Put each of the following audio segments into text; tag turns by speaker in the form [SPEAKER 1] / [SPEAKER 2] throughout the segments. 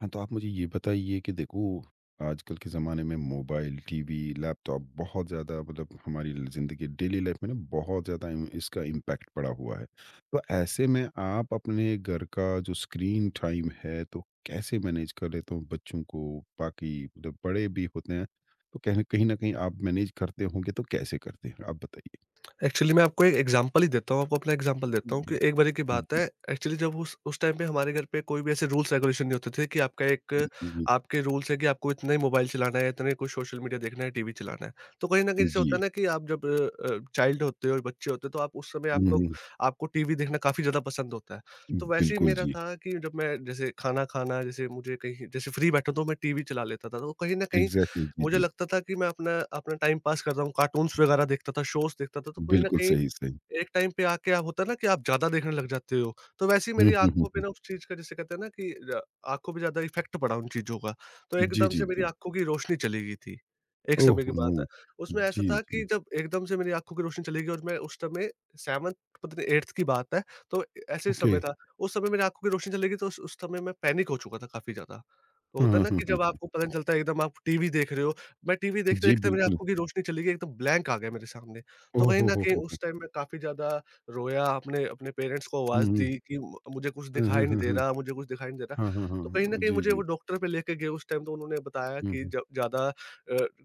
[SPEAKER 1] हाँ, तो आप मुझे ये बताइए कि देखो आजकल के ज़माने में मोबाइल, टीवी, लैपटॉप बहुत ज़्यादा मतलब हमारी ज़िंदगी डेली लाइफ में ना बहुत ज़्यादा इम इसका इम्पैक्ट पड़ा हुआ है। तो ऐसे में आप अपने घर का जो स्क्रीन टाइम है तो कैसे मैनेज कर लेते हो बच्चों को बाकी मतलब बड़े भी होते हैं, तो कहीं न कहीं आप मैनेज करते होंगे तो कैसे करते हैं? आप बताइए?
[SPEAKER 2] एक्चुअली मैं आपको एक एग्जांपल ही देता हूँ, आपको अपना एग्जांपल देता हूँ कि एक बारी की बात
[SPEAKER 1] जी,
[SPEAKER 2] है। एक्चुअली जब उस टाइम पे हमारे घर पे कोई भी ऐसे रूल्स रेगुलेशन नहीं होते थे कि आपका एक
[SPEAKER 1] जी,
[SPEAKER 2] आपके रूल्स है कि आपको इतना ही मोबाइल चलाना है, इतने कुछ सोशल मीडिया देखना है, टीवी चलाना है। तो कहीं न कहीं जैसे होता
[SPEAKER 1] जी,
[SPEAKER 2] है ना कि आप जब चाइल्ड होते हो, और बच्चे होते हो, तो आप उस समय
[SPEAKER 1] हुँ,
[SPEAKER 2] आपको
[SPEAKER 1] हुँ,
[SPEAKER 2] आपको टीवी देखना काफ़ी ज़्यादा पसंद होता है। तो वैसे ही
[SPEAKER 1] बिल्कुल
[SPEAKER 2] मेरा
[SPEAKER 1] जी।
[SPEAKER 2] था कि जब मैं जैसे खाना खाना, जैसे मुझे कहीं जैसे फ्री बैठा तो मैं टीवी चला लेता था। तो कहीं न कहीं
[SPEAKER 1] एग्ज़ैक्टली जी,
[SPEAKER 2] मुझे
[SPEAKER 1] जी।
[SPEAKER 2] लगता था कि मैं अपना अपना टाइम पास कर रहा हूँ, कार्टून्स वगैरह देखता था, शोज़ देखता था। तो कहीं न
[SPEAKER 1] बिल्कुल
[SPEAKER 2] कहीं
[SPEAKER 1] सही, सही।
[SPEAKER 2] एक टाइम पे आके आप होता है ना कि आप ज़्यादा देखने लग जाते हो। तो वैसे ही
[SPEAKER 1] हुँ,
[SPEAKER 2] मेरी
[SPEAKER 1] हुँ, हुँ,
[SPEAKER 2] आँखों पे
[SPEAKER 1] हुँ।
[SPEAKER 2] ना उस चीज़ का जैसे कहते हैं ना कि आँखों पे ज़्यादा इफ़ेक्ट पड़ा उन चीज़ों का। तो
[SPEAKER 1] जी,
[SPEAKER 2] एकदम
[SPEAKER 1] जी,
[SPEAKER 2] से मेरी
[SPEAKER 1] जी।
[SPEAKER 2] आँखों की रोशनी चली गई थी। एक
[SPEAKER 1] ओह
[SPEAKER 2] समय की
[SPEAKER 1] नो!
[SPEAKER 2] बात है। उसमें ऐसा
[SPEAKER 1] जी,
[SPEAKER 2] था कि
[SPEAKER 1] जी।
[SPEAKER 2] जब एकदम से मेरी आँखों की रोशनी चली गई और मैं उस समय 7th पता नहीं 8th की बात है। तो ऐसे
[SPEAKER 1] ओके।
[SPEAKER 2] समय था, उस समय मेरी आँखों की रोशनी चली गई, तो उस समय मैं पैनिक हो चुका था काफ़ी ज़्यादा। तो
[SPEAKER 1] हाँ,
[SPEAKER 2] होता है
[SPEAKER 1] हाँ,
[SPEAKER 2] ना
[SPEAKER 1] हाँ,
[SPEAKER 2] कि जब
[SPEAKER 1] हाँ।
[SPEAKER 2] आपको पता नहीं चलता है, एकदम आप टीवी देख रहे हो, मैं टीवी
[SPEAKER 1] जी,
[SPEAKER 2] देखते-देखते मेरी
[SPEAKER 1] बिल्कुल।
[SPEAKER 2] आँखों की रोशनी चली गई, एकदम ब्लैंक आ गया मेरे सामने। तो
[SPEAKER 1] ओह
[SPEAKER 2] कहीं न कहीं
[SPEAKER 1] हो, हो!
[SPEAKER 2] उस टाइम मैं काफ़ी ज़्यादा रोया, अपने अपने पेरेंट्स को
[SPEAKER 1] हुँ,
[SPEAKER 2] आवाज़
[SPEAKER 1] हुँ।
[SPEAKER 2] दी कि म मुझे कुछ
[SPEAKER 1] हाँ, हाँ,
[SPEAKER 2] दिखाई नहीं
[SPEAKER 1] हाँ,
[SPEAKER 2] दे
[SPEAKER 1] हाँ।
[SPEAKER 2] रहा, मुझे कुछ दिखाई नहीं दे रहा।
[SPEAKER 1] हाँ, हाँ, हाँ।
[SPEAKER 2] तो कहीं न
[SPEAKER 1] हाँ।
[SPEAKER 2] कहीं
[SPEAKER 1] जी,
[SPEAKER 2] मुझे वो
[SPEAKER 1] जी।
[SPEAKER 2] डॉक्टर पे लेके गए उस टाइम, तो उन्होंने बताया
[SPEAKER 1] हुँ,
[SPEAKER 2] कि
[SPEAKER 1] हुँ।
[SPEAKER 2] ज ज़्यादा अ,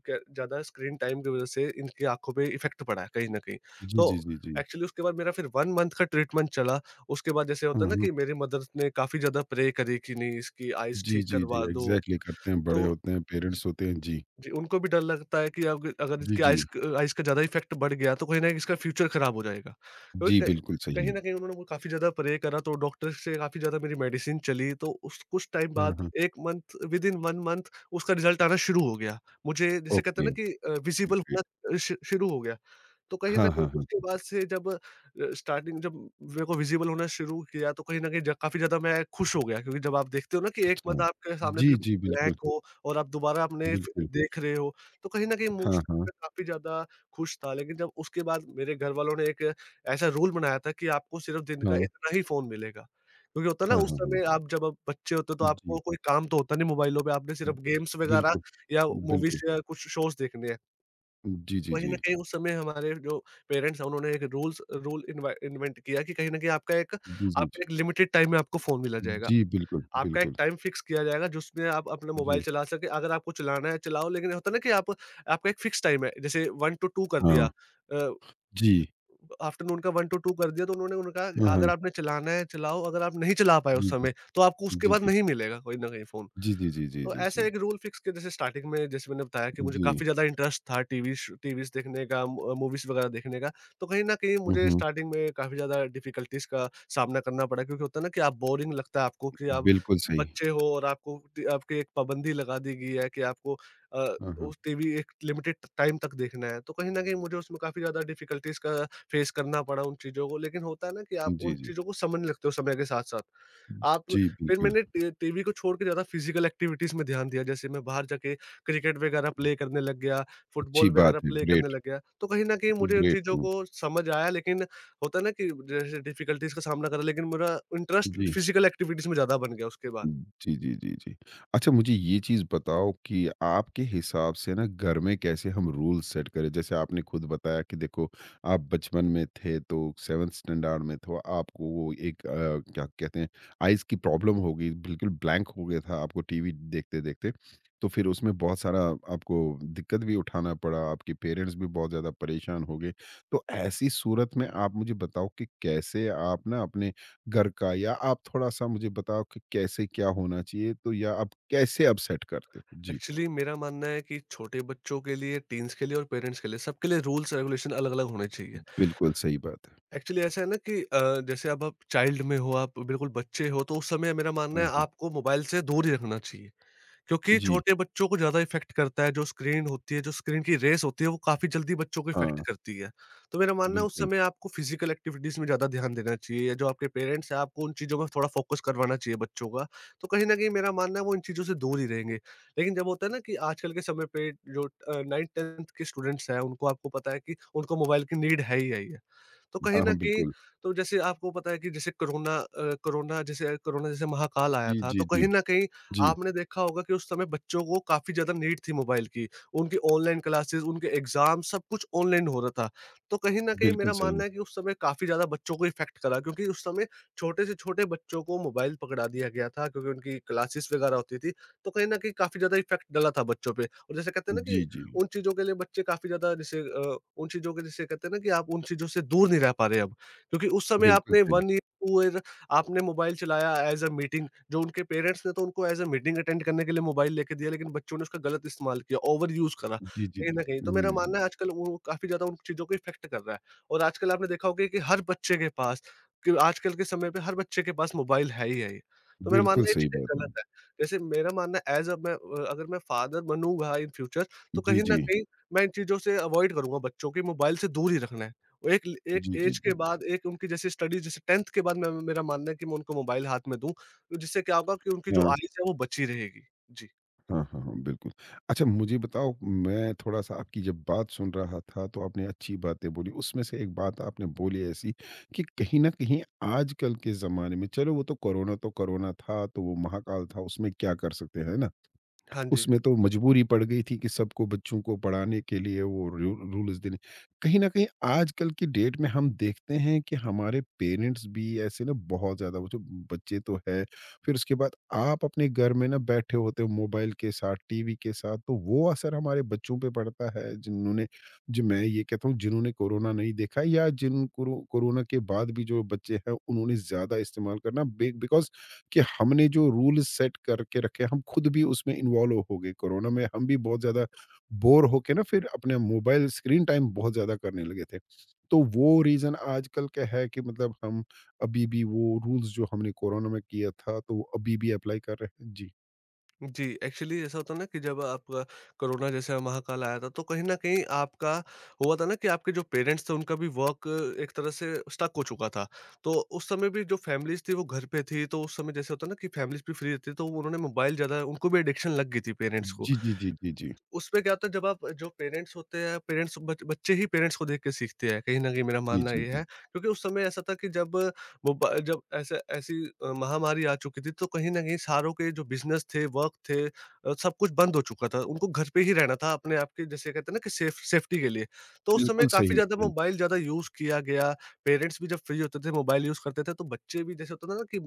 [SPEAKER 2] क ज़्यादा स्क्रीन टाइम की वज़ह से इनकी आँखों पे इफ़ेक्ट पड़ा है कहीं न कहीं।
[SPEAKER 1] जी,
[SPEAKER 2] तो
[SPEAKER 1] जी, जी, जी।
[SPEAKER 2] एक्चुअली उसके बाद मेरा फिर 1 मंथ का ट्रीटमेंट चला। उसके बाद जैसे
[SPEAKER 1] हाँ,
[SPEAKER 2] होता है ना
[SPEAKER 1] हाँ।
[SPEAKER 2] कि मेरी मदर ने काफ़ी ज़्यादा प्रे करी कि नहीं, इसकी आईज़
[SPEAKER 1] जी,
[SPEAKER 2] ठीक
[SPEAKER 1] जी, जी।
[SPEAKER 2] करवा दो।
[SPEAKER 1] एग्ज़ैक्टली करते हैं, बड़े
[SPEAKER 2] तो
[SPEAKER 1] होते हैं,
[SPEAKER 2] ज
[SPEAKER 1] पेरेंट्स होते हैं। जी।
[SPEAKER 2] जी, उनको भी डर लगता है कि अब अगर
[SPEAKER 1] जी,
[SPEAKER 2] इसकी
[SPEAKER 1] जी।
[SPEAKER 2] आइज़ का ज़्यादा इफ़ेक्ट बढ़ गया, तो कहीं न कहीं इसका फ्यूचर ख़राब हो जाएगा।
[SPEAKER 1] जी,
[SPEAKER 2] क्योंकि
[SPEAKER 1] बिल्कुल सही
[SPEAKER 2] कहीं
[SPEAKER 1] है।
[SPEAKER 2] कहीं न कहीं उन्होंने वो काफ़ी ज़्यादा प्रे करा तो डॉक्टर से काफ़ी ज़्यादा मेरी मेडिसिन चली, तो उस कुछ टाइम
[SPEAKER 1] हाँ,
[SPEAKER 2] बाद
[SPEAKER 1] हाँ।
[SPEAKER 2] 1 मंथ, विदिन 1 मंथ उसका रिज़ल्ट आना शुरू हो गया। मुझे जिसे कहते हैं
[SPEAKER 1] ओके,
[SPEAKER 2] ना कि विज़िबल
[SPEAKER 1] ग्रेट।
[SPEAKER 2] होना श शुरू हो गया। तो कहीं न
[SPEAKER 1] हाँ,
[SPEAKER 2] कहीं
[SPEAKER 1] हाँ,
[SPEAKER 2] उसके
[SPEAKER 1] हाँ।
[SPEAKER 2] बाद से जब स्टार्टिंग जब मेरे को विज़िबल होना शुरू किया, तो कहीं न कहीं ज काफ़ी ज़्यादा मैं खुश हो गया, क्योंकि जब आप देखते हो ना कि एक मंथ
[SPEAKER 1] अच्छा।
[SPEAKER 2] आपके सामने
[SPEAKER 1] जी, जी,
[SPEAKER 2] बिल्कुल ब्लैंक
[SPEAKER 1] बिल्कुल,
[SPEAKER 2] हो और आप दोबारा अपने फ
[SPEAKER 1] बिल्कुल।
[SPEAKER 2] देख रहे हो, तो कहीं न कहीं
[SPEAKER 1] हाँ,
[SPEAKER 2] इमोशनली
[SPEAKER 1] हाँ।
[SPEAKER 2] मैं काफ़ी ज़्यादा खुश था। लेकिन जब उसके बाद मेरे घरवालों ने एक ऐसा रूल बनाया था कि आपको सिर्फ़ दिन का
[SPEAKER 1] हाँ।
[SPEAKER 2] इतना ही फ़ोन मिलेगा। क्योंकि होता है ना
[SPEAKER 1] हाँ,
[SPEAKER 2] उस
[SPEAKER 1] हाँ, हाँ।
[SPEAKER 2] समय आप जब आप बच्चे होते हो, तो
[SPEAKER 1] जी,
[SPEAKER 2] आपको कोई काम तो होता नहीं मोबाइलों पे, आपने सिर्फ़ गेम्स वगैरह
[SPEAKER 1] बिल्कुल।
[SPEAKER 2] या
[SPEAKER 1] बिल्कुल।
[SPEAKER 2] मूवीज़ या कुछ शोज़ देखने हैं।
[SPEAKER 1] जी, जी,
[SPEAKER 2] कहीं न
[SPEAKER 1] जी।
[SPEAKER 2] कहीं उस समय हमारे जो पेरेंट्स हैं, उन्होंने एक रूल इनवा इन्वेंट किया कि कहीं न कहीं आपका एक
[SPEAKER 1] जी, जी, जी।
[SPEAKER 2] आपका एक लिमिटेड टाइम में आपको फ़ोन मिला जाएगा।
[SPEAKER 1] जी, बिल्कुल,
[SPEAKER 2] आपका एक
[SPEAKER 1] बिल्कुल।
[SPEAKER 2] टाइम फिक्स किया जाएगा जिसमें आप अपना मोबाइल
[SPEAKER 1] जी।
[SPEAKER 2] चला सकें। अगर आपको चलाना है चलाओ, लेकिन होता है ना कि आप आपका एक फिक्स टाइम है, जैसे 1 टू 2 कर
[SPEAKER 1] हाँ,
[SPEAKER 2] दिया अ,
[SPEAKER 1] जी।
[SPEAKER 2] आफ्टरनून का 1 टू 2 कर दिया, तो उन्होंने उन्होंने
[SPEAKER 1] हाँ,
[SPEAKER 2] कहा अगर
[SPEAKER 1] हाँ।
[SPEAKER 2] आपने चलाना है चलाओ, अगर आप नहीं चला पाए
[SPEAKER 1] जी,
[SPEAKER 2] उस
[SPEAKER 1] जी।
[SPEAKER 2] समय तो आपको उसके
[SPEAKER 1] जी,
[SPEAKER 2] बाद
[SPEAKER 1] जी।
[SPEAKER 2] नहीं मिलेगा कहीं न कहीं फ़ोन।
[SPEAKER 1] जी, जी, जी, जी,
[SPEAKER 2] तो
[SPEAKER 1] जी,
[SPEAKER 2] ऐसे
[SPEAKER 1] जी।
[SPEAKER 2] एक रूल फिक्स किया। जैसे स्टार्टिंग में जैसे मैंने बताया कि मुझे
[SPEAKER 1] जी।
[SPEAKER 2] काफ़ी ज़्यादा इंटरेस्ट था टीवी शो टीवीज़ देखने का, मू मूवीज़ वगैरह देखने का। तो कहीं न कहीं
[SPEAKER 1] हुँ,
[SPEAKER 2] मुझे
[SPEAKER 1] हुँ।
[SPEAKER 2] स्टार्टिंग में काफ़ी ज़्यादा डिफ़िकल्टीज़ का सामना करना पड़ा, क्योंकि होता है ना कि आप, बोरिंग लगता है आपको कि आप
[SPEAKER 1] बिल्कुल सही।
[SPEAKER 2] बच्चे हो और आपको टी आपकी एक पाबंदी लगा दी गई है कि आपको
[SPEAKER 1] हाँ, हाँ।
[SPEAKER 2] उस टीवी एक लिमिटेड टाइम तक देखना है। तो कहीं न कहीं मुझे उसमें काफ़ी ज़्यादा डिफ़िकल्टीज़ का फ़ेस करना पड़ा उन चीज़ों को। लेकिन होता है ना कि आप
[SPEAKER 1] जी,
[SPEAKER 2] उन
[SPEAKER 1] जी।
[SPEAKER 2] चीज़ों को समझने लगते हो समय के साथ-साथ। आप
[SPEAKER 1] जी,
[SPEAKER 2] फिर
[SPEAKER 1] बिल्कुल।
[SPEAKER 2] मैंने टी टीवी को छोड़ के ज़्यादा फिज़िकल एक्टिविटीज़ में ध्यान दिया, जैसे मैं बाहर जाके क्रिकेट वगैरह प्ले करने लग गया,
[SPEAKER 1] अच्छी
[SPEAKER 2] फुटबॉल वगैरह
[SPEAKER 1] बात है।
[SPEAKER 2] प्ले करने
[SPEAKER 1] ग्रेट,
[SPEAKER 2] लग गया। तो कहीं न कहीं मुझे उन
[SPEAKER 1] ग्रेट
[SPEAKER 2] चीज़ों
[SPEAKER 1] हुँ।
[SPEAKER 2] को समझ आया, लेकिन होता है ना कि जैसे डिफ़िकल्टीज़ का सामना करा, लेकिन मेरा इंटरेस्ट
[SPEAKER 1] जी।
[SPEAKER 2] फिज़िकल एक्टिविटीज़ में ज़्यादा बन गया उसके बाद।
[SPEAKER 1] जी, जी, जी, जी। अच्छा मुझे ये चीज़ बताओ कि आपके हिसाब से ना घर में कैसे हम रूल सेट करें? जैसे आपने खुद बताया कि देखो आप बचपन में थे तो 7th स्टैंडर्ड में तो आपको वो एक क्या कहते हैं आइज़ की प्रॉब्लम हो गई, बिल्कुल ब्लैंक हो गया था आपको टीवी देखते-देखते। तो फिर उसमें बहुत सारा आपको दिक्कत भी उठाना पड़ा, आपके पेरेंट्स भी बहुत ज़्यादा परेशान हो गए। तो ऐसी सूरत में आप मुझे बताओ कि कैसे आप ना अपने घर का या आप थोड़ा-सा मुझे बताओ कि कैसे क्या होना चाहिए? तो या आप कैसे आप सेट करते हो? जी।
[SPEAKER 2] एक्चुअली मेरा मानना है कि छोटे बच्चों के लिए, टीन्स के लिए और पेरेंट्स के लिए, सबके लिए रूल्स रेगुलेशन अलग-अलग होने चाहिए।
[SPEAKER 1] बिल्कुल सही बात है।
[SPEAKER 2] एक्चुअली ऐसा है ना कि जैसे अब आप चाइल्ड में हो, आप बिल्कुल बच्चे हो, तो उस समय मेरा मानना
[SPEAKER 1] हाँ,
[SPEAKER 2] है
[SPEAKER 1] हाँ।
[SPEAKER 2] आपको मोबाइल से दूर ही रखना चाहिए। क्योंकि
[SPEAKER 1] जी,
[SPEAKER 2] छोटे बच्चों को ज़्यादा इफ़ेक्ट करता है, जो स्क्रीन होती है, जो स्क्रीन की रेज़ होती है, वो काफ़ी जल्दी बच्चों को इफ़ेक्ट
[SPEAKER 1] हाँ,
[SPEAKER 2] करती है। तो मेरा मानना है उस
[SPEAKER 1] बिल्कुल।
[SPEAKER 2] समय आपको फ़िज़िकल एक्टिविटीज़ में ज़्यादा ध्यान देना चाहिए, या जो आपके पेरेंट्स हैं, आपको उन चीज़ों में थोड़ा फ़ोकस करवाना चाहिए बच्चों का। तो कहीं न कहीं मेरा मानना है वो इन चीज़ों से दूर ही रहेंगे। लेकिन जब होता है ना कि आजकल के समय पे जो 9th 10th के स्टूडेंट्स हैं, उनको आपको पता है कि उनको मोबाइल की नीड है ही है ही है। तो कहीं
[SPEAKER 1] हाँ,
[SPEAKER 2] न
[SPEAKER 1] हाँ,
[SPEAKER 2] कहीं
[SPEAKER 1] बिल्कुल।
[SPEAKER 2] तो जैसे आपको पता है कि जैसे कोरोना जैसे महाकाल आया
[SPEAKER 1] जी,
[SPEAKER 2] था,
[SPEAKER 1] जी,
[SPEAKER 2] तो
[SPEAKER 1] जी।
[SPEAKER 2] कहीं न कहीं
[SPEAKER 1] जी,
[SPEAKER 2] आपने देखा होगा कि उस समय बच्चों को काफ़ी ज़्यादा नीड थी मोबाइल की। उनकी ऑनलाइन क्लासेस, उनके एग्ज़ाम सब कुछ ऑनलाइन हो रहा था। तो कहीं न कहीं
[SPEAKER 1] बिल्कुल
[SPEAKER 2] मेरा
[SPEAKER 1] सही।
[SPEAKER 2] मानना है कि उस समय काफ़ी ज़्यादा बच्चों को इफ़ेक्ट करा, क्योंकि उस समय छोटे से छोटे बच्चों को मोबाइल पकड़ा दिया गया था, क्योंकि उनकी क्लासेस वग़ैरह होती थी। तो कहीं न कहीं काफ़ी ज़्यादा इफ़ेक्ट डला था बच्चों पे, और जैसे कहते हैं ना
[SPEAKER 1] जी,
[SPEAKER 2] कि
[SPEAKER 1] जी।
[SPEAKER 2] उन चीज़ों के लिए बच्चे काफ़ी ज़्यादा जैसे उन चीज़ों के जैसे कहते हैं ना कि आप उन चीज़ों से दूर नहीं रह पा रहे अब। क्योंकि उस समय
[SPEAKER 1] बिल्कुल
[SPEAKER 2] आपने
[SPEAKER 1] सही।
[SPEAKER 2] 1 ईयर, 2 ईयर आपने मोबाइल चलाया एज़ अ मीटिंग, जो उनके पेरेंट्स ने तो उनको एज़ अ मीटिंग अटेंड करने के लिए मोबाइल लेके दिया, लेकिन बच्चों ने उसका गलत इस्तेमाल किया, ओवर यूज़ करा
[SPEAKER 1] जी, जी,
[SPEAKER 2] कहीं
[SPEAKER 1] जी।
[SPEAKER 2] न कहीं। तो मेरा
[SPEAKER 1] जी, जी,
[SPEAKER 2] मानना है आजकल वो काफ़ी ज़्यादा उन चीज़ों को इफ़ेक्ट कर रहा है। और आजकल आपने देखा होगा कि आजकल के समय पे हर बच्चे के पास मोबाइल है ही है ये। तो मेरा
[SPEAKER 1] बिल्कुल
[SPEAKER 2] मानना है ये
[SPEAKER 1] सही
[SPEAKER 2] चीज़ें
[SPEAKER 1] बात।
[SPEAKER 2] गलत
[SPEAKER 1] है।
[SPEAKER 2] है। जैसे मेरा मानना है एज़ अ मैं अ, अगर मैं फादर बनूँगा इन फ्यूचर, तो
[SPEAKER 1] जी,
[SPEAKER 2] कहीं न
[SPEAKER 1] जी।
[SPEAKER 2] कहीं मैं इन चीज़ों से अवॉइड करूँगा, बच्चों की मोबाइल से दूर ही रखना है। और एक
[SPEAKER 1] जी, जी,
[SPEAKER 2] ऐज के
[SPEAKER 1] जी।
[SPEAKER 2] बाद एक उनकी जैसे स्टडी, जैसे 10th के बाद मैं मेरा मानना है कि मैं उनको मोबाइल हाथ में दूँ, तो जिससे क्या होगा कि उनकी जो
[SPEAKER 1] हाँ।
[SPEAKER 2] आइज़ है वो बची रहेगी। जी।
[SPEAKER 1] हाँ, हाँ, हाँ, बिल्कुल। अच्छा मुझे बताओ मैं थोड़ा-सा आपकी जब बात सुन रहा था तो आपने अच्छी बातें बोली, उसमें से एक बात आपने बोली ऐसी कि कहीं न कहीं आजकल के ज़माने में चलो वो तो कोरोना था, तो वो महाकाल था उसमें क्या कर सकते हैं, है ना?
[SPEAKER 2] हाँ जी।
[SPEAKER 1] उसमें तो मजबूरी पड़ गई थी कि सबको बच्चों को पढ़ाने के लिए वो रू रूल्स देने कहीं न कहीं आजकल की डेट में हम देखते हैं कि हमारे पेरेंट्स भी ऐसे ना बहुत ज़्यादा वो जो बच्चे तो है, फिर उसके बाद आप अपने घर में ना बैठे होते हो मोबाइल के साथ, टीवी के साथ, तो वो असर हमारे बच्चों पे पड़ता है जिन्होंने जो मैं ये कहता हूँ जिन्होंने कोरोना नहीं देखा या जिन कोरोना के बाद भी जो बच्चे हैं उन्होंने ज़्यादा इस्तेमाल करना बे बिकॉज़ कि हमने जो रूल सेट करके रखे हम खुद भी उसमें इन्वॉल्व हो गए कोरोना में हम भी बहुत ज़्यादा बोर होके ना फिर अपने मोबाइल स्क्रीन टाइम बहुत ज़्यादा करने लगे थे तो वो रीज़न आजकल का है कि मतलब हम अभी भी वो रूल्स जो हमने कोरोना में किया था तो वो अभी भी अप्लाई कर रहे हैं जी
[SPEAKER 2] जी, एक्चुअली ऐसा होता है ना कि जब आपका कोरोना जैसा महाकाल आया था, तो कहीं न कहीं आपका हुआ था ना कि आपके जो पेरेंट्स थे उनका भी वर्क एक तरह से स्टक हो चुका था। तो उस समय भी जो फैमिलीज़ थी वो घर पे थी, तो उस समय जैसे होता है ना कि फैमिलीज़ भी फ्री रहती है, तो उन्होंने मोबाइल ज़्यादा उनको भी एडिक्शन लग गई थी पेरेंट्स को।
[SPEAKER 1] जी जी जी जी जी
[SPEAKER 2] उसमें क्या होता है, जब आप जो पेरेंट्स होते हैं, बच्चे ही पेरेंट्स को देख के सीखते हैं कहीं ना कहीं, मेरा
[SPEAKER 1] जी
[SPEAKER 2] मानना
[SPEAKER 1] जी
[SPEAKER 2] ये
[SPEAKER 1] जी
[SPEAKER 2] है, क्योंकि उस समय ऐसा था कि जब जब ऐसे ऐसी महामारी आ चुकी थी, तो कहीं ना कहीं सारों के जो बिजनेस थे वर्क थे, सब कुछ बंद हो चुका था, उनको घर पे ही रहना था अपने आप के, जैसे कहते हैं ना कि सेफ्टी के लिए। तो उस समय
[SPEAKER 1] बिल्कुल सही
[SPEAKER 2] काफी ज्यादा
[SPEAKER 1] सही
[SPEAKER 2] मोबाइल ज्यादा यूज किया गया, पेरेंट्स भी जब फ्री होते थे मोबाइल यूज करते थे, तो बच्चे भी जैसे होता था ना कि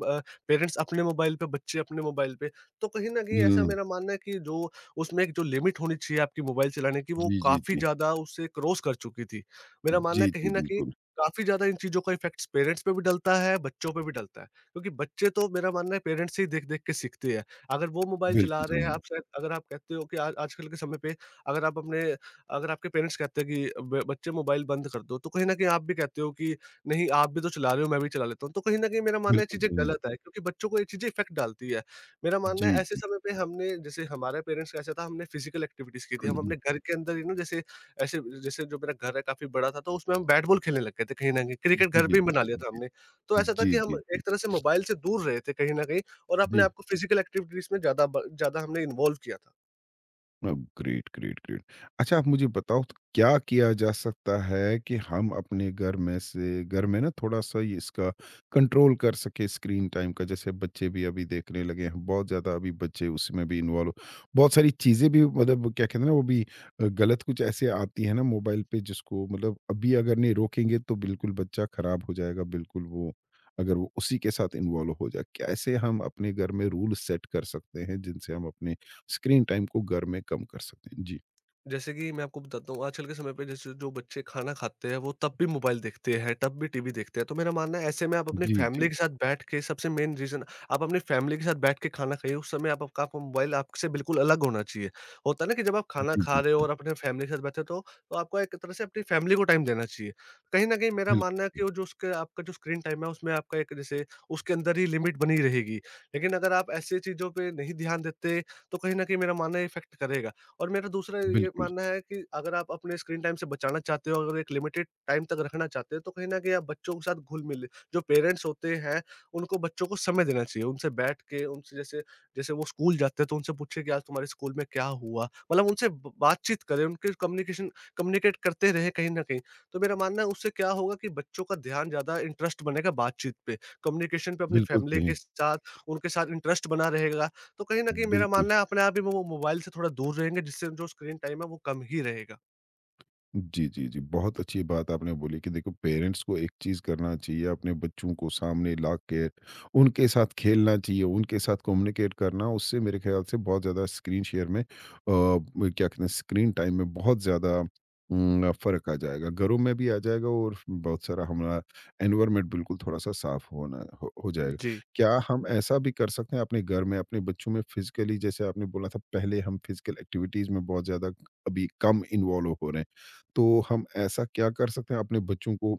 [SPEAKER 2] पेरेंट्स अपने मोबाइल पे, बच्चे अपने मोबाइल पे। तो कहीं ना कहीं ऐसा
[SPEAKER 1] हुँ,
[SPEAKER 2] मेरा मानना है कि जो उसमें एक जो लिमिट होनी चाहिए आपकी मोबाइल चलाने की, वो
[SPEAKER 1] जी, जी,
[SPEAKER 2] काफ़ी
[SPEAKER 1] जी,
[SPEAKER 2] ज़्यादा उससे क्रॉस कर चुकी थी। मेरा मानना है
[SPEAKER 1] जी, जी,
[SPEAKER 2] कहीं न कहीं
[SPEAKER 1] बिल्कुल,
[SPEAKER 2] काफ़ी ज़्यादा इन चीज़ों का इफ़ेक्ट्स पेरेंट्स पे भी डलता है, बच्चों पे भी डलता है। क्योंकि बच्चे तो मेरा मानना है पेरेंट्स से ही देख-देख के सीखते हैं। अगर वो मोबाइल चला
[SPEAKER 1] बिल्कुल
[SPEAKER 2] रहे
[SPEAKER 1] सही
[SPEAKER 2] हैं,
[SPEAKER 1] है,
[SPEAKER 2] आप शायद अगर आप कहते हो कि आज आजकल के समय पे अगर आप अपने अगर आपके पेरेंट्स कहते हैं कि ब बच्चे मोबाइल बंद कर दो, तो कहीं न कहीं आप भी कहते हो कि नहीं, आप भी तो चला रहे हो, मैं भी चला लेता हूँ। तो कहीं न कहीं मेरा मानना है ये
[SPEAKER 1] बिल्कुल
[SPEAKER 2] चीज़ें
[SPEAKER 1] सही है,
[SPEAKER 2] गलत है, क्योंकि बच्चों को ये चीज़ें इफ़ेक्ट डालती है। मेरा मानना है
[SPEAKER 1] जी,
[SPEAKER 2] ऐसे
[SPEAKER 1] जी,
[SPEAKER 2] समय पे हमने, जैसे हमारे पेरेंट्स का ऐसा था, हमने फिजिकल एक्टिविटीज़ की थी। हम अपने घर के अंदर ही ना, जैसे ऐसे, जैसे जो मेरा घर है काफ़ी बड़ा था, तो उसमें हम बैट बॉल खेलने लग गए थे कहीं न कहीं। क्रिकेट
[SPEAKER 1] जी,
[SPEAKER 2] घर
[SPEAKER 1] जी,
[SPEAKER 2] पे ही
[SPEAKER 1] जी,
[SPEAKER 2] बना, जी, लिया था
[SPEAKER 1] जी,
[SPEAKER 2] हमने। तो ऐसा था
[SPEAKER 1] जी,
[SPEAKER 2] कि हम
[SPEAKER 1] जी, जी,
[SPEAKER 2] एक तरह से मोबाइल से दूर रहे थे कहीं न कहीं, और अपने
[SPEAKER 1] जी।
[SPEAKER 2] आप को फिजिकल एक्टिविटीज़ में ज़्यादा हमने इन्वॉल्व किया था।
[SPEAKER 1] अ, ग्रेट, ग्रेट, ग्रेट। अच्छा आप मुझे बताओ तो क्या किया जा सकता है कि हम अपने घर में से घर में ना थोड़ा-सा ये इसका कंट्रोल कर सकें स्क्रीन टाइम का? जैसे बच्चे भी अभी देखने लगे हैं, बहुत ज़्यादा अभी बच्चे उसमें भी इन्वॉल्व बहुत सारी चीज़ें भी मतलब क्या कहते हैं ना वो भी गलत कुछ ऐसे आती है ना मोबाइल पे जिसको मतलब अभी अगर नहीं रोकेंगे तो बिल्कुल बच्चा ख़राब हो जाएगा, बिल्कुल वो अगर वो उसी के साथ इन्वॉल्व हो जाए। कैसे हम अपने घर में रूल सेट कर सकते हैं जिनसे हम अपने स्क्रीन टाइम को घर में कम कर सकते हैं। जी।
[SPEAKER 2] जैसे कि मैं आपको बताता हूँ, आजकल के समय पे जैसे जो बच्चे खाना खाते हैं, वो तब भी मोबाइल देखते हैं, तब भी टीवी देखते हैं। तो मेरा मानना है ऐसे में आप अपनी
[SPEAKER 1] जी, जी।
[SPEAKER 2] फैमिली के साथ बैठ के, सबसे मेन रीज़न, आप अपनी फैमिली के साथ बैठ के खाना खाइए। उस समय आप आपका आपका मोबाइल आपसे बिल्कुल अलग होना चाहिए। होता है ना कि जब आप खाना
[SPEAKER 1] जी,
[SPEAKER 2] खा रहे हो
[SPEAKER 1] बिल्कुल।
[SPEAKER 2] और अपने फैमिली के साथ बैठे हो, तो आपको एक तरह से अपनी फैमिली को टाइम देना चाहिए। कहीं न कहीं मेरा मानना है
[SPEAKER 1] बिल्कुल,
[SPEAKER 2] कि वो जो उसके, आपका जो स्क्रीन टाइम है, उसमें आपका एक जैसे उसके अंदर ही लिमिट बनी रहेगी। लेकिन अगर आप ऐसी चीज़ों पे नहीं ध्यान देते, तो कहीं न कहीं मेरा मानना है इफ़ेक्ट करेगा। और मेरा दूसरा ये
[SPEAKER 1] बिल्कुल,
[SPEAKER 2] मानना है कि अगर आप अपने स्क्रीन टाइम से बचाना चाहते हो, अगर एक लिमिटेड टाइम तक रखना चाहते हो, तो कहीं न कहीं आप बच्चों के साथ घुल-मिल, जो पेरेंट्स होते हैं, उनको बच्चों को समय देना चाहिए। उनसे बैठ के, उनसे जैसे जैसे वो स्कूल जाते हैं, तो उनसे पूछिए कि आज तुम्हारे स्कूल में क्या हुआ? मतलब उनसे ब बातचीत करें, उनके कम्युनिकेशन कम्युनिकेट करते रहें कहीं न कहीं। तो मेरा मानना है, उससे क्या होगा कि बच्चों का ध्यान, ज़्यादा इंटरेस्ट बनेगा बातचीत पे, कम्युनिकेशन पे अपनी
[SPEAKER 1] बिल्कुल
[SPEAKER 2] फैमिली
[SPEAKER 1] सही।
[SPEAKER 2] के साथ, उनके साथ इंटरेस्ट बना रहेगा। तो कहीं न कहीं मेरा
[SPEAKER 1] बिल्कुल।
[SPEAKER 2] मानना है अपने आप ही वो मोबाइल से थोड़ा दूर रहेंगे, जिससे जो स्क्रीन टाइम है वो कम ही रहेगा।
[SPEAKER 1] जी, जी, जी। बहुत अच्छी बात आपने बोली कि देखो पेरेंट्स को एक चीज़ करना चाहिए अपने बच्चों को सामने ला के उनके साथ खेलना चाहिए, उनके साथ कम्युनिकेट करना उससे मेरे ख़्याल से बहुत ज़्यादा स्क्रीन शेयर में क्या कहते हैं स्क्रीन टाइम में बहुत ज़्यादा फ़र्क आ जाएगा। घरों में भी आ जाएगा और बहुत सारा हमारा एनवायरनमेंट बिल्कुल थोड़ा-सा साफ़ होना हो जाएगा।
[SPEAKER 2] जी।
[SPEAKER 1] क्या हम ऐसा भी कर सकते हैं अपने घर में अपने बच्चों में फ़िज़िकली जैसे आपने बोला था पहले हम फ़िज़िकल एक्टिविटीज़ में बहुत ज़्यादा अभी कम इन्वॉल्व हो रहे हैं। तो हम ऐसा क्या कर सकते हैं अपने बच्चों को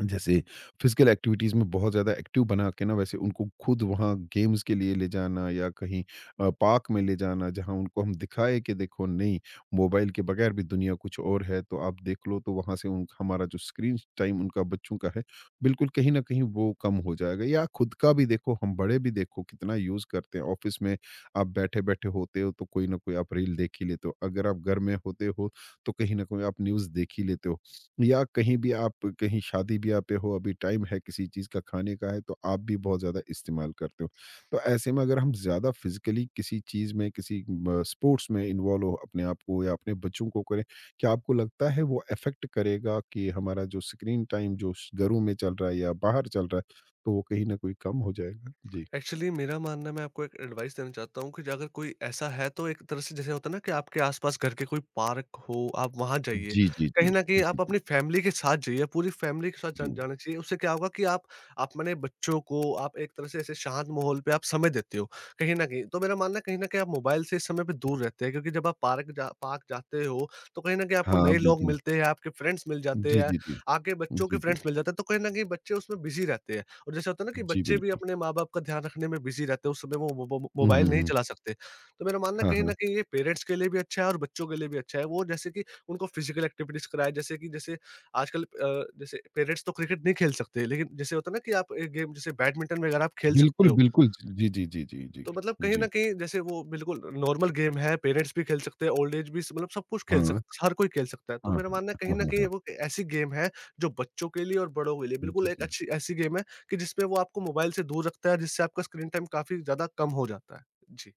[SPEAKER 1] जैसे फिजिकल एक्टिविटीज़ में बहुत ज़्यादा एक्टिव बना के ना वैसे उनको खुद वहाँ गेम्स के लिए ले जाना या कहीं पार्क में ले जाना जहाँ उनको हम दिखाएँ कि देखो नहीं मोबाइल के बगैर भी दुनिया कुछ और है तो आप देख लो तो वहाँ से उन हमारा जो स्क्रीन टाइम उनका बच्चों का है बिल्कुल कहीं न कहीं वो कम हो जाएगा या खुद का भी देखो हम बड़े भी देखो कितना यूज़ करते हैं ऑफ़िस में आप बैठे-बैठे होते हो तो कोई ना कोई आप रील देख ही लेते हो। अगर आप घर में होते हो तो कहीं न कहीं आप न्यूज़ देख ही लेते हो। या कहीं भी आप कहीं शादी ब्याह पे हो अभी टाइम है किसी चीज़ का खाने का है तो आप भी बहुत ज़्यादा इस्तेमाल करते हो। तो ऐसे में अगर हम ज़्यादा फ़िज़िकली किसी चीज़ में किसी म स्पोर्ट्स में इन्वॉल्व हो अपने आप को या अपने बच्चों को करें, क्या आपको लगता है वो अफ़ेक्ट करेगा कि हमारा जो स्क्रीन टाइम जो श घरों में चल रहा है या बाहर चल रहा है, तो वो कहीं न कहीं कम हो जाएगा? जी।
[SPEAKER 2] एक्चुअली मेरा मानना है, मैं आपको एक एडवाइस देना चाहता हूँ कि ज अगर कोई ऐसा है, तो एक तरह से जैसे होता है ना कि आपके आस-पास घर के कोई पार्क हो, आप वहाँ जाइए।
[SPEAKER 1] जी, जी,
[SPEAKER 2] कहीं
[SPEAKER 1] जी।
[SPEAKER 2] न कहीं
[SPEAKER 1] जी,
[SPEAKER 2] आप
[SPEAKER 1] जी,
[SPEAKER 2] अपनी फैमिली के साथ जाइए, पूरी फैमिली के साथ
[SPEAKER 1] जी।
[SPEAKER 2] जाना चाहिए। उससे क्या होगा कि आप अपने बच्चों को आप एक तरह से ऐसे शांत माहौल पे आप समय देते हो, कहीं न कहीं। तो मेरा मानना है कहीं न कहीं आप मोबाइल से इस समय पे दूर रहते हैं, क्योंकि जब आप पार्क जाते हो, तो कहीं न कहीं आपको
[SPEAKER 1] हाँ,
[SPEAKER 2] नए लोग
[SPEAKER 1] बिल्कुल।
[SPEAKER 2] मिलते हैं, आपके फ्रेंड्स मिल जाते
[SPEAKER 1] जी,
[SPEAKER 2] हैं,
[SPEAKER 1] जी, जी।
[SPEAKER 2] आपके बच्चों के
[SPEAKER 1] जी, जी।
[SPEAKER 2] फ्रेंड्स मिल जाते हैं, तो कहीं न कहीं बच्चे उसमें बिज़ी रहते हैं। और जैसे होता है ना कि
[SPEAKER 1] जी,
[SPEAKER 2] बच्चे भी
[SPEAKER 1] बिल्कुल।
[SPEAKER 2] अपने माँ-बाप का ध्यान रखने में बिज़ी रहते हैं, उस समय वो
[SPEAKER 1] हुँ,
[SPEAKER 2] मोबाइल
[SPEAKER 1] हुँ,
[SPEAKER 2] नहीं
[SPEAKER 1] हुँ।
[SPEAKER 2] चला सकते। तो मेरा मानना है
[SPEAKER 1] हाँ,
[SPEAKER 2] कहीं न
[SPEAKER 1] हाँ।
[SPEAKER 2] कहीं ये पेरेंट्स के लिए भी अच्छा है और बच्चों के लिए भी अच्छा है। वो जैसे कि उनको फिज़िकल एक्टिविटीज़ कराएँ, जैसे कि जैसे आजकल जैसे पेरेंट्स तो क्रिकेट नहीं खेल सकते, लेकिन जैसे होता है ना कि आप एक गेम जैसे बैडमिंटन वगैरह आप खेल सकते
[SPEAKER 1] बिल्कुल,
[SPEAKER 2] हो।
[SPEAKER 1] बिल्कुल। जी, जी, जी, जी, जी।
[SPEAKER 2] तो मतलब कहीं
[SPEAKER 1] जी।
[SPEAKER 2] न कहीं जैसे वो बिल्कुल नॉर्मल गेम है, पेरेंट्स भी खेल सकते हैं, ओल्ड एज भी, मतलब सब कुछ
[SPEAKER 1] हाँ,
[SPEAKER 2] खेल सक
[SPEAKER 1] हाँ,
[SPEAKER 2] हर कोई खेल सकता है।
[SPEAKER 1] हाँ,
[SPEAKER 2] तो मेरा मानना है कहीं
[SPEAKER 1] हाँ,
[SPEAKER 2] न
[SPEAKER 1] हाँ,
[SPEAKER 2] कहीं
[SPEAKER 1] हाँ।
[SPEAKER 2] वो एक ऐसी गेम है जो बच्चों के लिए और बड़ों के लिए
[SPEAKER 1] जी,
[SPEAKER 2] बिल्कुल एक
[SPEAKER 1] जी।
[SPEAKER 2] अच्छी ऐसी गेम है कि जिसमें वो आपको मोबाइल से दूर रखता है, जिससे आपका स्क्रीन टाइम काफ़ी ज़्यादा कम हो जाता है। जी,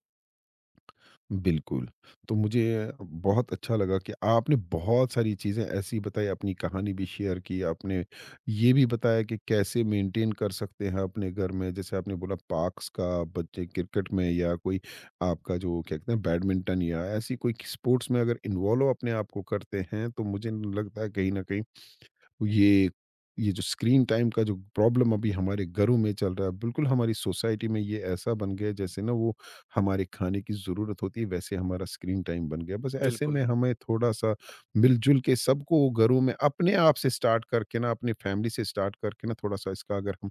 [SPEAKER 1] बिल्कुल। तो मुझे बहुत अच्छा लगा कि आपने बहुत सारी चीज़ें ऐसी बताई, अपनी कहानी भी शेयर की, आपने ये भी बताया कि कैसे मेंटेन कर सकते हैं अपने घर में। जैसे आपने बोला पार्क्स का, बच्चे क्रिकेट में या कोई आपका जो क्या कहते हैं बैडमिंटन या ऐसी कोई स्पोर्ट्स में अगर इन्वॉल्व अपने आप को करते हैं, तो मुझे लगता है कहीं न कहीं ये ये जो स्क्रीन टाइम का जो प्रॉब्लम अभी हमारे घरों में चल रहा है बिल्कुल हमारी सोसाइटी में ये ऐसा बन गया है, जैसे ना वो हमारे खाने की ज़रूरत होती है वैसे हमारा स्क्रीन टाइम बन गया बस ऐसे में
[SPEAKER 2] बिल्कुल।
[SPEAKER 1] हमें थोड़ा-सा मिलजुल के सबको घरों में अपने आप से स्टार्ट करके ना अपनी फैमिली से स्टार्ट करके ना थोड़ा-सा इसका अगर हम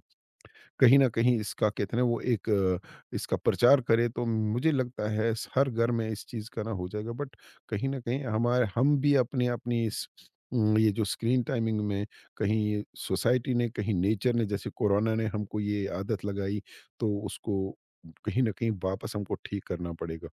[SPEAKER 1] कहीं न कहीं इसका कहते हैं ना वो एक इसका प्रचार करें तो मुझे लगता है स हर घर में इस चीज़ का ना हो जाएगा बट कहीं न कहीं हमारे हम भी अपनी-अपनी इस ये जो स्क्रीन टाइमिंग में कहीं सोसाइटी ने, कहीं नेचर ने जैसे कोरोना ने हमको ये आदत लगाई तो उसको कहीं न कहीं वापस हमको ठीक करना पड़ेगा।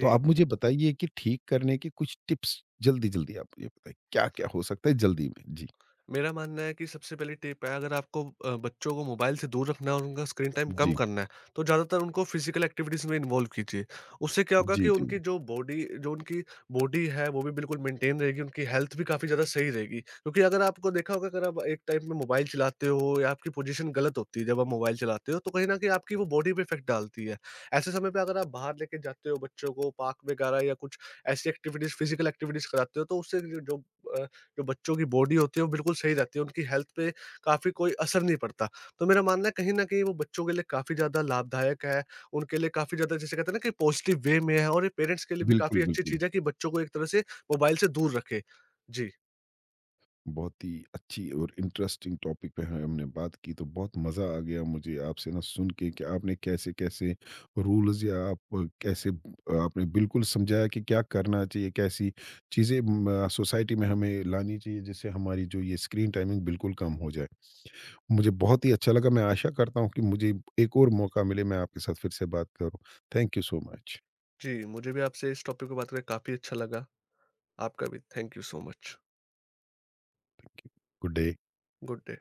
[SPEAKER 1] तो आप मुझे बताइए कि ठीक करने के कुछ टिप्स जल्दी-जल्दी आप मुझे बताइए क्या-क्या हो सकता है जल्दी में? जी।
[SPEAKER 2] मेरा मानना है कि सबसे पहली टिप है, अगर आपको बच्चों को मोबाइल से दूर रखना है और उनका स्क्रीन टाइम कम
[SPEAKER 1] जी।
[SPEAKER 2] करना है, तो ज़्यादातर उनको फिजिकल एक्टिविटीज़ में इन्वॉल्व कीजिए। उससे क्या होगा
[SPEAKER 1] जी,
[SPEAKER 2] कि
[SPEAKER 1] जी।
[SPEAKER 2] उनकी बॉडी है, वो भी बिल्कुल मेंटेन रहेगी, उनकी हेल्थ भी काफ़ी ज़्यादा सही रहेगी। क्योंकि अगर आपको देखा होगा, अगर आप एक टाइम में मोबाइल चलाते हो या आपकी पोजीशन गलत होती है जब आप मोबाइल चलाते हो, तो कहीं न कहीं आपकी वो बॉडी पे इफ़ेक्ट डालती है। ऐसे समय पे अगर आप बाहर लेके जाते हो बच्चों को, पार्क वगैरह या कुछ ऐसी एक्टिविटीज़ फिजिकल एक्टिविटीज़ कराते हो, तो उससे जो जो अ, जो बच्चों की बॉडी होती है वो बिल्कुल सही रहती है, उनकी हेल्थ पे काफ़ी कोई असर नहीं पड़ता। तो मेरा मानना है कहीं न कहीं वो बच्चों के लिए काफ़ी ज़्यादा लाभदायक है, उनके लिए काफ़ी ज़्यादा जिसे कहते हैं ना कि पॉजिटिव वे में है, और ये पेरेंट्स के लिए भी
[SPEAKER 1] बिल्कुल,
[SPEAKER 2] काफ़ी अच्छी
[SPEAKER 1] बिल्कुल।
[SPEAKER 2] चीज़ है कि बच्चों को एक तरह से मोबाइल से दूर रखें। जी,
[SPEAKER 1] बहुत ही अच्छी और इंटरेस्टिंग टॉपिक पे है- हमने बात की तो बहुत मज़ा आ गया मुझे आपसे ना सुन के कि आपने कैसे-कैसे रूल्स या आप कैसे आपने बिल्कुल समझाया कि क्या करना चाहिए, कैसी चीज़ें म सोसाइटी में हमें लानी चाहिए जिससे हमारी जो ये स्क्रीन टाइमिंग बिल्कुल कम हो जाए। मुझे बहुत ही अच्छा लगा, मैं आशा करता हूँ कि मुझे एक और मौका मिले मैं आपके साथ फिर से बात करूँ। Thank you so much.
[SPEAKER 2] जी, मुझे भी आपसे इस टॉपिक पे बात करके काफ़ी अच्छा लगा। आपका भी thank you so much.
[SPEAKER 1] Good day.
[SPEAKER 2] Good day.